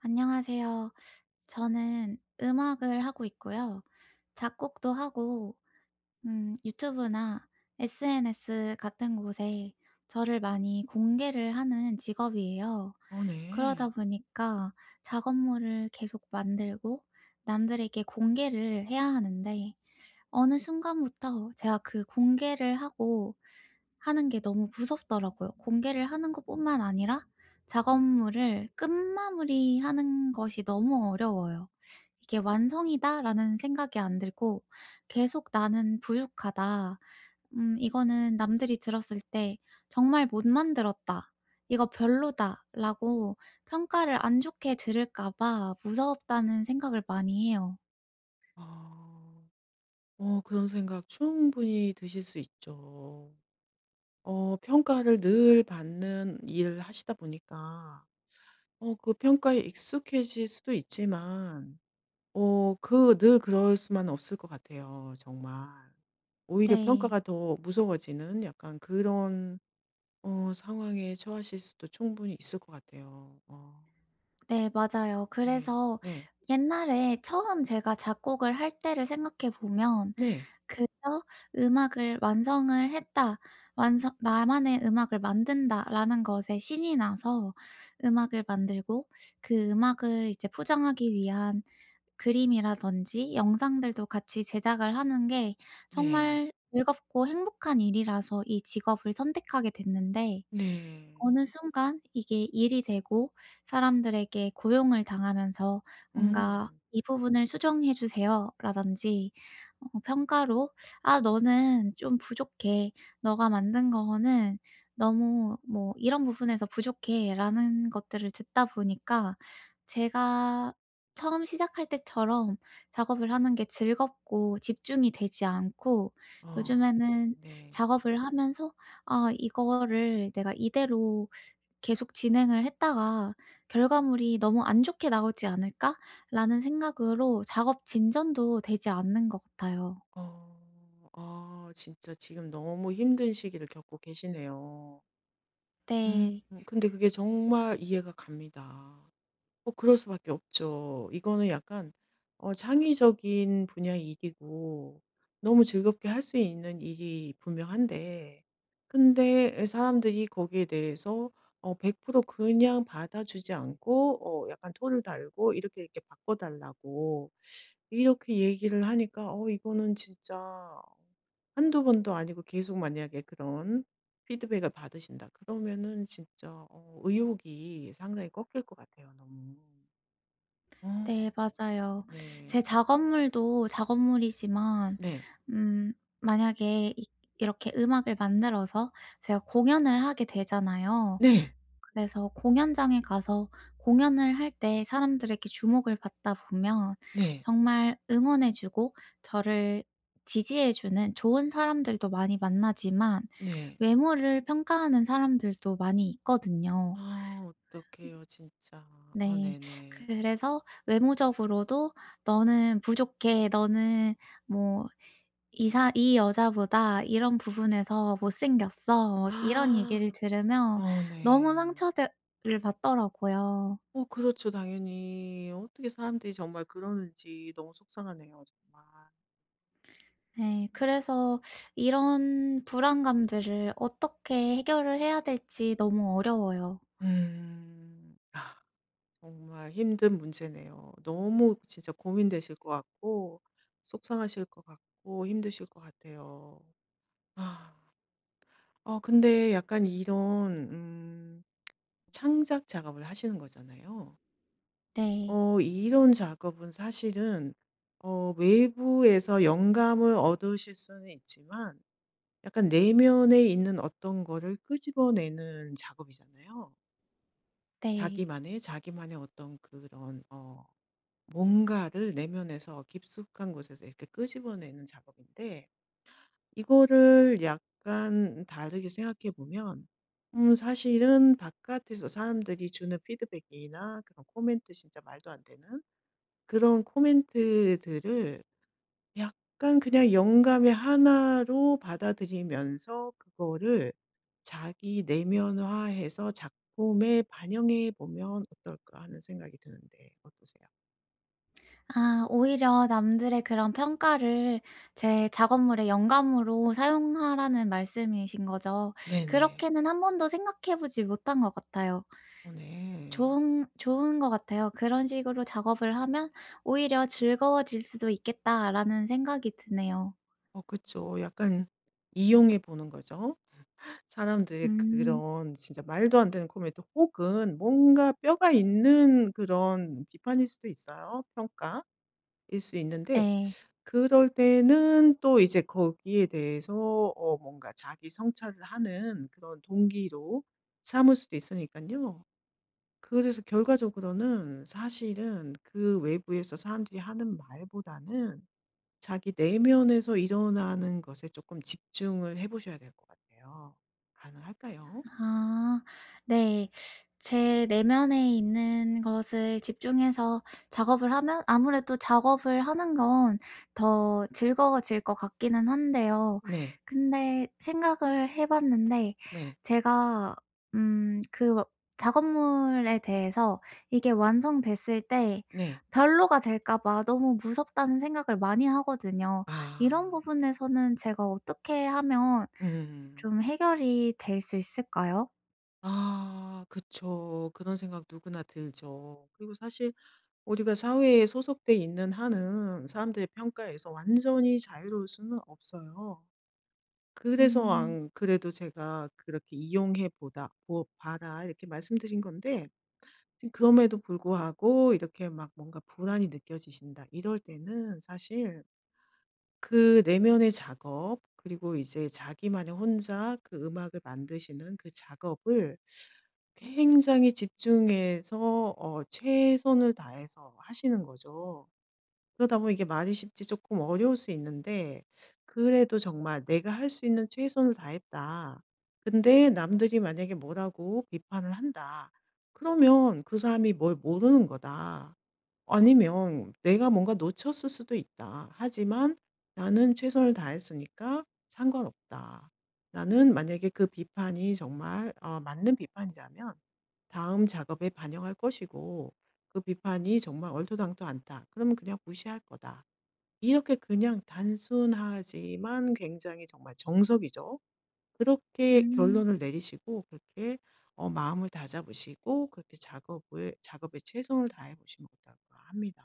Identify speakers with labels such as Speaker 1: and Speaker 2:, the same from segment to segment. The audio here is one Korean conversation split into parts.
Speaker 1: 안녕하세요. 저는 음악을 하고 있고요. 작곡도 하고, 유튜브나 SNS 같은 곳에 저를 많이 공개를 하는 직업이에요. 그러다
Speaker 2: 네.
Speaker 1: 보니까 작업물을 계속 만들고 남들에게 공개를 해야 하는데, 어느 순간부터 제가 그 공개를 하고 하는 게 너무 무섭더라고요. 공개를 하는 것뿐만 아니라 작업물을 끝마무리하는 것이 너무 어려워요. 이게 '완성이다.'라는 생각이 안 들고 계속 '나는 부족하다. 이거는 남들이 들었을 때 '정말 못 만들었다. 이거 별로다.'라고 평가를 안 좋게 들을까 봐 무섭다는 생각을 많이 해요.
Speaker 2: 아. 그런 생각 충분히 드실 수 있죠. 평가를 늘 받는 일을 하시다 보니까 그 평가에 익숙해질 수도 있지만 그 늘 그럴 수만은 없을 것 같아요 정말. 오히려
Speaker 1: 네.
Speaker 2: 평가가 더 무서워지는 약간 그런 상황에 처하실 수도 충분히 있을 것 같아요.
Speaker 1: 네 맞아요.
Speaker 2: 네.
Speaker 1: 그래서
Speaker 2: 네.
Speaker 1: 옛날에 처음 제가 작곡을 할 때를 생각해 보면
Speaker 2: 네.
Speaker 1: 그저 '음악을 완성을 했다. 완성 나만의 음악을 만든다.'라는 것에 신이 나서 음악을 만들고 그 음악을 이제 포장하기 위한 그림이라든지 영상들도 같이 제작을 하는 게
Speaker 2: 네.
Speaker 1: 정말 즐겁고 행복한 일이라서 이 직업을 선택하게 됐는데
Speaker 2: 네.
Speaker 1: 어느 순간 이게 일이 되고 사람들에게 고용을 당하면서 뭔가
Speaker 2: 음.
Speaker 1: "이 부분을 수정해 주세요."라든지 어 평가로 "아 너는 좀 부족해. 너가 만든 거는 너무 뭐 이런 부분에서 부족해."라는 것들을 듣다 보니까 제가 처음 시작할 때처럼 작업을 하는 게 즐겁고 집중이 되지 않고
Speaker 2: 어.
Speaker 1: 요즘에는
Speaker 2: 네.
Speaker 1: 작업을 하면서 아 이거를 내가 이대로 계속 진행을 했다가 '결과물이 너무 안 좋게 나오지 않을까?'라는 생각으로 작업 진전도 되지 않는 것 같아요.
Speaker 2: 어. 아, 진짜 지금 너무 힘든 시기를 겪고 계시네요. 음.
Speaker 1: 네.
Speaker 2: 근데 그게 정말 이해가 갑니다. 그럴 수밖에 없죠. 이거는 약간 창의적인 분야의 일이고 너무 즐겁게 할 수 있는 일이 분명한데 근데 예 사람들이 거기에 대해서 100% 그냥 받아주지 않고 약간 토를 달고 이렇게 이렇게 바꿔 달라고 이렇게 얘기를 하니까 이거는 진짜 한두 번도 아니고 계속 만약에 그런 피드백을 받으신다 그러면은 진짜 의욕이 상당히 꺾일 것 같아요 너무. 어.
Speaker 1: 네 맞아요.
Speaker 2: 네.
Speaker 1: 제 작업물도 작업물이지만
Speaker 2: 네.
Speaker 1: 음 만약에 이 이렇게 음악을 만들어서 제가 공연을 하게 되잖아요.
Speaker 2: 네.
Speaker 1: 그래서 공연장에 가서 공연을 할 때 사람들에게 주목을 받다 보면
Speaker 2: 네.
Speaker 1: 정말 응원해 주고 저를 지지해 주는 좋은 사람들도 많이 만나지만
Speaker 2: 네.
Speaker 1: 외모를 평가하는 사람들도 많이 있거든요.
Speaker 2: 아 어떡해요 진짜. 아
Speaker 1: 네.
Speaker 2: 네네.
Speaker 1: 그래서 외모적으로도 "너는 부족해. 너는 뭐 이사 이 여자보다 이런 부분에서 못생겼어." 막 이런
Speaker 2: 아,
Speaker 1: 얘기를 들으면 너무
Speaker 2: 네.
Speaker 1: 상처를 받더라고요.
Speaker 2: 그렇죠 당연히. 어떻게 사람들이 정말 그러는지 너무 속상하네요 정말.
Speaker 1: 네. 그래서 이런 불안감들을 어떻게 해결을 해야 될지 너무 어려워요.
Speaker 2: 음. 아. 정말 힘든 문제네요. 너무 진짜 고민되실 것 같고, 속상하실 것 같고, 힘드실 것 같아요. 아, 근데 약간 이런, 창작 작업을 하시는 거잖아요.
Speaker 1: 네.
Speaker 2: 이런 작업은 사실은, 외부에서 영감을 얻으실 수는 있지만, 약간 내면에 있는 어떤 거를 끄집어내는 작업이잖아요.
Speaker 1: 네.
Speaker 2: 자기만의, 자기만의 어떤 그런, 뭔가를 내면에서 깊숙한 곳에서 이렇게 끄집어내는 작업인데 이거를 약간 다르게 생각해 보면 사실은 바깥에서 사람들이 주는 피드백이나 그런 코멘트 진짜 말도 안 되는 그런 코멘트들을 약간 그냥 영감의 하나로 받아들이면서 그거를 자기 내면화해서 작품에 반영해 보면 어떨까 하는 생각이 드는데 어떠세요?
Speaker 1: 아 오히려 남들의 그런 평가를 제 작업물의 영감으로 사용하라는 말씀이신 거죠.
Speaker 2: 네네.
Speaker 1: 그렇게는 한 번도 생각해 보지 못한 것 같아요.
Speaker 2: 네.
Speaker 1: 좋은 것 같아요. '그런 식으로 작업을 하면 오히려 즐거워질 수도 있겠다.'라는 생각이 드네요.
Speaker 2: 그쵸. 약간 이용해 보는 거죠. 사람들의
Speaker 1: 음
Speaker 2: 그런 진짜 말도 안 되는 코멘트 혹은 뭔가 뼈가 있는 그런 비판일 수도 있어요. 평가일 수 있는데
Speaker 1: 네.
Speaker 2: 그럴 때는 또 이제 거기에 대해서 뭔가 자기 성찰을 하는 그런 동기로 삼을 수도 있으니까요. 그래서 결과적으로는 사실은 그 외부에서 사람들이 하는 말보다는 자기 내면에서 일어나는 것에 조금 집중을 해 보셔야 될 것 같아요. 가능할까요?
Speaker 1: 아 네. 제 내면에 있는 것을 집중해서 작업을 하면 아무래도 작업을 하는 건 더 즐거워질 것 같기는 한데요.
Speaker 2: 네.
Speaker 1: 근데 생각을 해 봤는데
Speaker 2: 네.
Speaker 1: 제가 그 작업물에 대해서 이게 완성됐을 때
Speaker 2: 네.
Speaker 1: 별로가 될까 봐 너무 무섭다는 생각을 많이 하거든요. 이런
Speaker 2: 아.
Speaker 1: 부분에서는 제가 어떻게 하면
Speaker 2: 음.
Speaker 1: 좀 해결이 될 수 있을까요?
Speaker 2: 아 그쵸. 그런 생각 누구나 들죠. 그리고 사실 우리가 사회에 소속돼 있는 한은 사람들의 평가에서 완전히 자유로울 수는 없어요. 그래서
Speaker 1: 음.
Speaker 2: 안 그래도 제가 그렇게 "이용해 보다 보 봐라." 이렇게 말씀드린 건데 그럼에도 불구하고 이렇게 막 뭔가 불안이 느껴지신다. 이럴 때는 사실 그 내면의 작업 그리고 이제 자기만의 혼자 그 음악을 만드시는 그 작업을 굉장히 집중해서 최선을 다해서 하시는 거죠. 그러다 보면 이게 말이 쉽지 조금 어려울 수 있는데 그래도 정말 '내가 할 수 있는 최선을 다했다. 근데 남들이 만약에 뭐라고 비판을 한다.' 그러면 그 사람이 뭘 모르는 거다. 아니면 '내가 뭔가 놓쳤을 수도 있다. 하지만 나는 최선을 다했으니까 상관없다. 나는 만약에 그 비판이 정말 맞는 비판이라면 다음 작업에 반영할 것이고 그 비판이 정말 얼토당토 않다. 그러면 그냥 무시할 거다.' 이렇게 그냥 단순하지만 굉장히 정말 정석이죠. 그렇게
Speaker 1: 음.
Speaker 2: 결론을 내리시고 그렇게 마음을 다잡으시고 그렇게 작업을 작업에 최선을 다해 보시면 어떨까 합니다.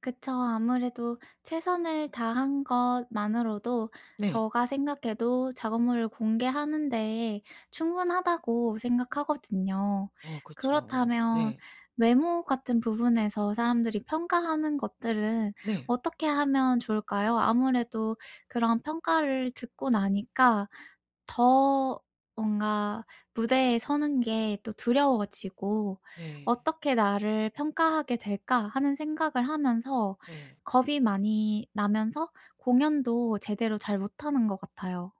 Speaker 1: 그쵸. 아무래도 최선을 다한 것만으로도
Speaker 2: 네.
Speaker 1: 제가 생각해도 작업물을 공개하는 데 충분하다고 생각하거든요.
Speaker 2: 그쵸.
Speaker 1: 그렇다면
Speaker 2: 네.
Speaker 1: 외모 같은 부분에서 사람들이 평가하는 것들은
Speaker 2: 네.
Speaker 1: 어떻게 하면 좋을까요? 아무래도 그런 평가를 듣고 나니까 더 뭔가 무대에 서는 게 또 두려워지고
Speaker 2: 네.
Speaker 1: '어떻게 나를 평가하게 될까?' 하는 생각을 하면서
Speaker 2: 네.
Speaker 1: 겁이 많이 나면서 공연도 제대로 잘 못하는 것 같아요.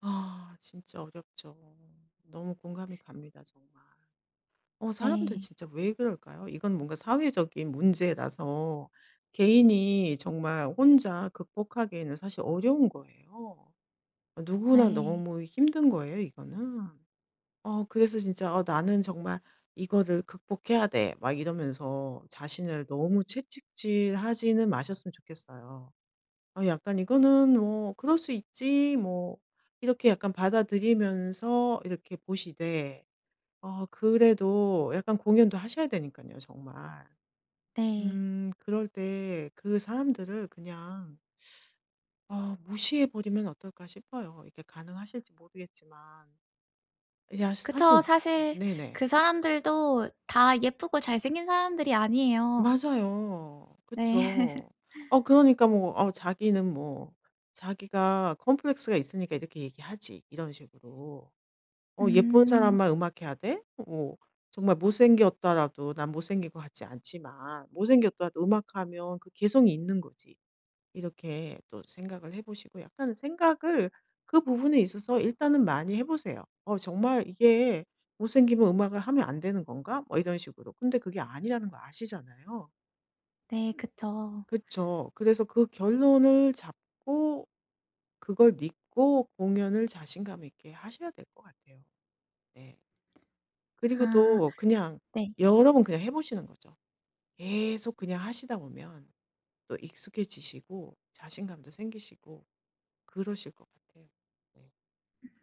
Speaker 2: 아 진짜 어렵죠. 너무 공감이 갑니다 정말. 사람들
Speaker 1: 네.
Speaker 2: 진짜 왜 그럴까요? 이건 뭔가 사회적인 문제라서 개인이 정말 혼자 극복하기에는 사실 어려운 거예요. 누구나
Speaker 1: 네.
Speaker 2: 너무 힘든 거예요 이거는. 그래서 진짜 나는 정말 이거를 극복해야 돼.' 막 이러면서 자신을 너무 채찍질하지는 마셨으면 좋겠어요. 아 약간 이거는 뭐 '그럴 수 있지.' 뭐 이렇게 약간 받아들이면서 이렇게 보시되 그래도 약간 공연도 하셔야 되니까요 정말.
Speaker 1: 네.
Speaker 2: 그럴 때 그 사람들을 그냥 무시해 버리면 어떨까 싶어요. 이게 가능하실지 모르겠지만. 야 사실
Speaker 1: 그쵸. 사실
Speaker 2: 네네.
Speaker 1: 그 사람들도 다 예쁘고 잘생긴 사람들이 아니에요.
Speaker 2: 맞아요.
Speaker 1: 네.
Speaker 2: 그쵸. 그러니까 뭐 자기는 뭐 자기가 "컴플렉스가 있으니까 이렇게 얘기하지." 이런 식으로. 예쁜
Speaker 1: 음.
Speaker 2: 사람만 음악해야 돼? 정말 못생겼다라도 난 못생긴 것 같지 않지만 못생겼다라도 음악하면 그 개성이 있는 거지. 이렇게 또 생각을 해 보시고 약간 생각을 그 부분에 있어서 일단은 많이 해 보세요. 정말 이게 못생기면 음악을 하면 안 되는 건가?' 뭐 이런 식으로. 근데 그게 아니라는 거 아시잖아요.
Speaker 1: 네. 그쵸.
Speaker 2: 그쵸. 그래서 그 결론을 잡고 그걸 믿고 공연을 자신감 있게 하셔야 될 것 같아요. 네. 그리고
Speaker 1: 아
Speaker 2: 또 그냥
Speaker 1: 네.
Speaker 2: 여러 번 그냥 해 보시는 거죠. 계속 그냥 하시다 보면 또 익숙해지시고 자신감도 생기시고 그러실 것 같아요. 네.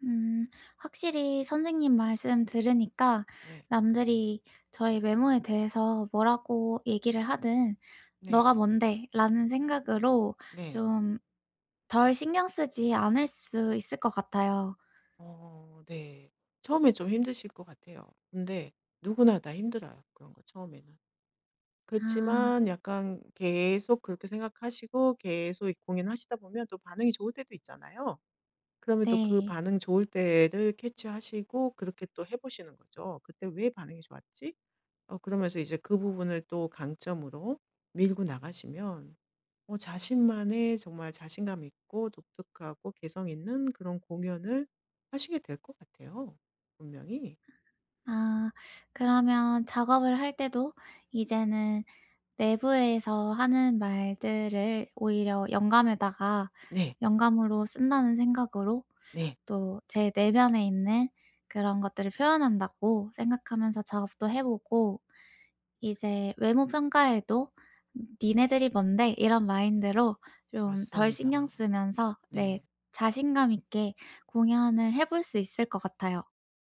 Speaker 1: 음 확실히 선생님 말씀 들으니까
Speaker 2: 네.
Speaker 1: 남들이 저의 외모에 대해서 뭐라고 얘기를 하든
Speaker 2: 네. 네.
Speaker 1: '너가 뭔데.' 라는 생각으로
Speaker 2: 네.
Speaker 1: 좀 덜 신경 쓰지 않을 수 있을 것 같아요.
Speaker 2: 네. 처음에 좀 힘드실 것 같아요. 근데 누구나 다 힘들어요, 그런 거 처음에는.
Speaker 1: 아
Speaker 2: 그렇지만 약간 계속 그렇게 생각하시고 계속 고민하시다 보면 또 반응이 좋을 때도 있잖아요. 그러면 또 그
Speaker 1: 네.
Speaker 2: 반응 좋을 때를 캐치하시고 그렇게 또 해 보시는 거죠. '그때 왜 반응이 좋았지?' 그러면서 이제 그 부분을 또 강점으로 밀고 나가시면 자신만의 정말 자신감 있고 독특하고 개성 있는 그런 공연을 하시게 될 것 같아요 분명히.
Speaker 1: 아 그러면 작업을 할 때도 이제는 내부에서 하는 말들을 오히려 영감에다가
Speaker 2: 네.
Speaker 1: 영감으로 쓴다는 생각으로
Speaker 2: 네.
Speaker 1: 또 제 내면에 있는 그런 것들을 표현한다고 생각하면서 작업도 해 보고 이제 외모 평가에도 '니네들이 뭔데?' 이런 마인드로 좀 덜 신경
Speaker 2: 맞습니다.
Speaker 1: 쓰면서 네
Speaker 2: 네.
Speaker 1: 자신감 있게 공연을 해볼 수 있을 것 같아요.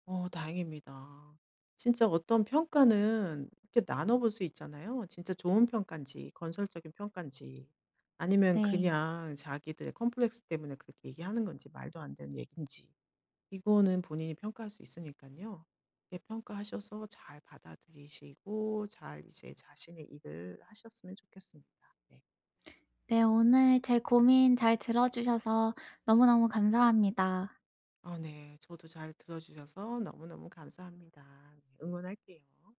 Speaker 2: 다행입니다. 진짜 어떤 평가는 이렇게 나눠볼 수 있잖아요. 진짜 좋은 평가인지 건설적인 평가인지 아니면
Speaker 1: 네.
Speaker 2: 그냥 자기들의 컴플렉스 때문에 그렇게 얘기하는 건지 말도 안 되는 얘기인지 이거는 본인이 평가할 수 있으니까요. 이렇게 평가하셔서 잘 받아들이시고 잘 이제 자신의 일을 하셨으면 좋겠습니다. 네.
Speaker 1: 네 오늘 제 고민 잘 들어 주셔서 너무너무 감사합니다.
Speaker 2: 아 네. 저도 잘 들어주셔서 너무너무 감사합니다. 네. 응원할게요.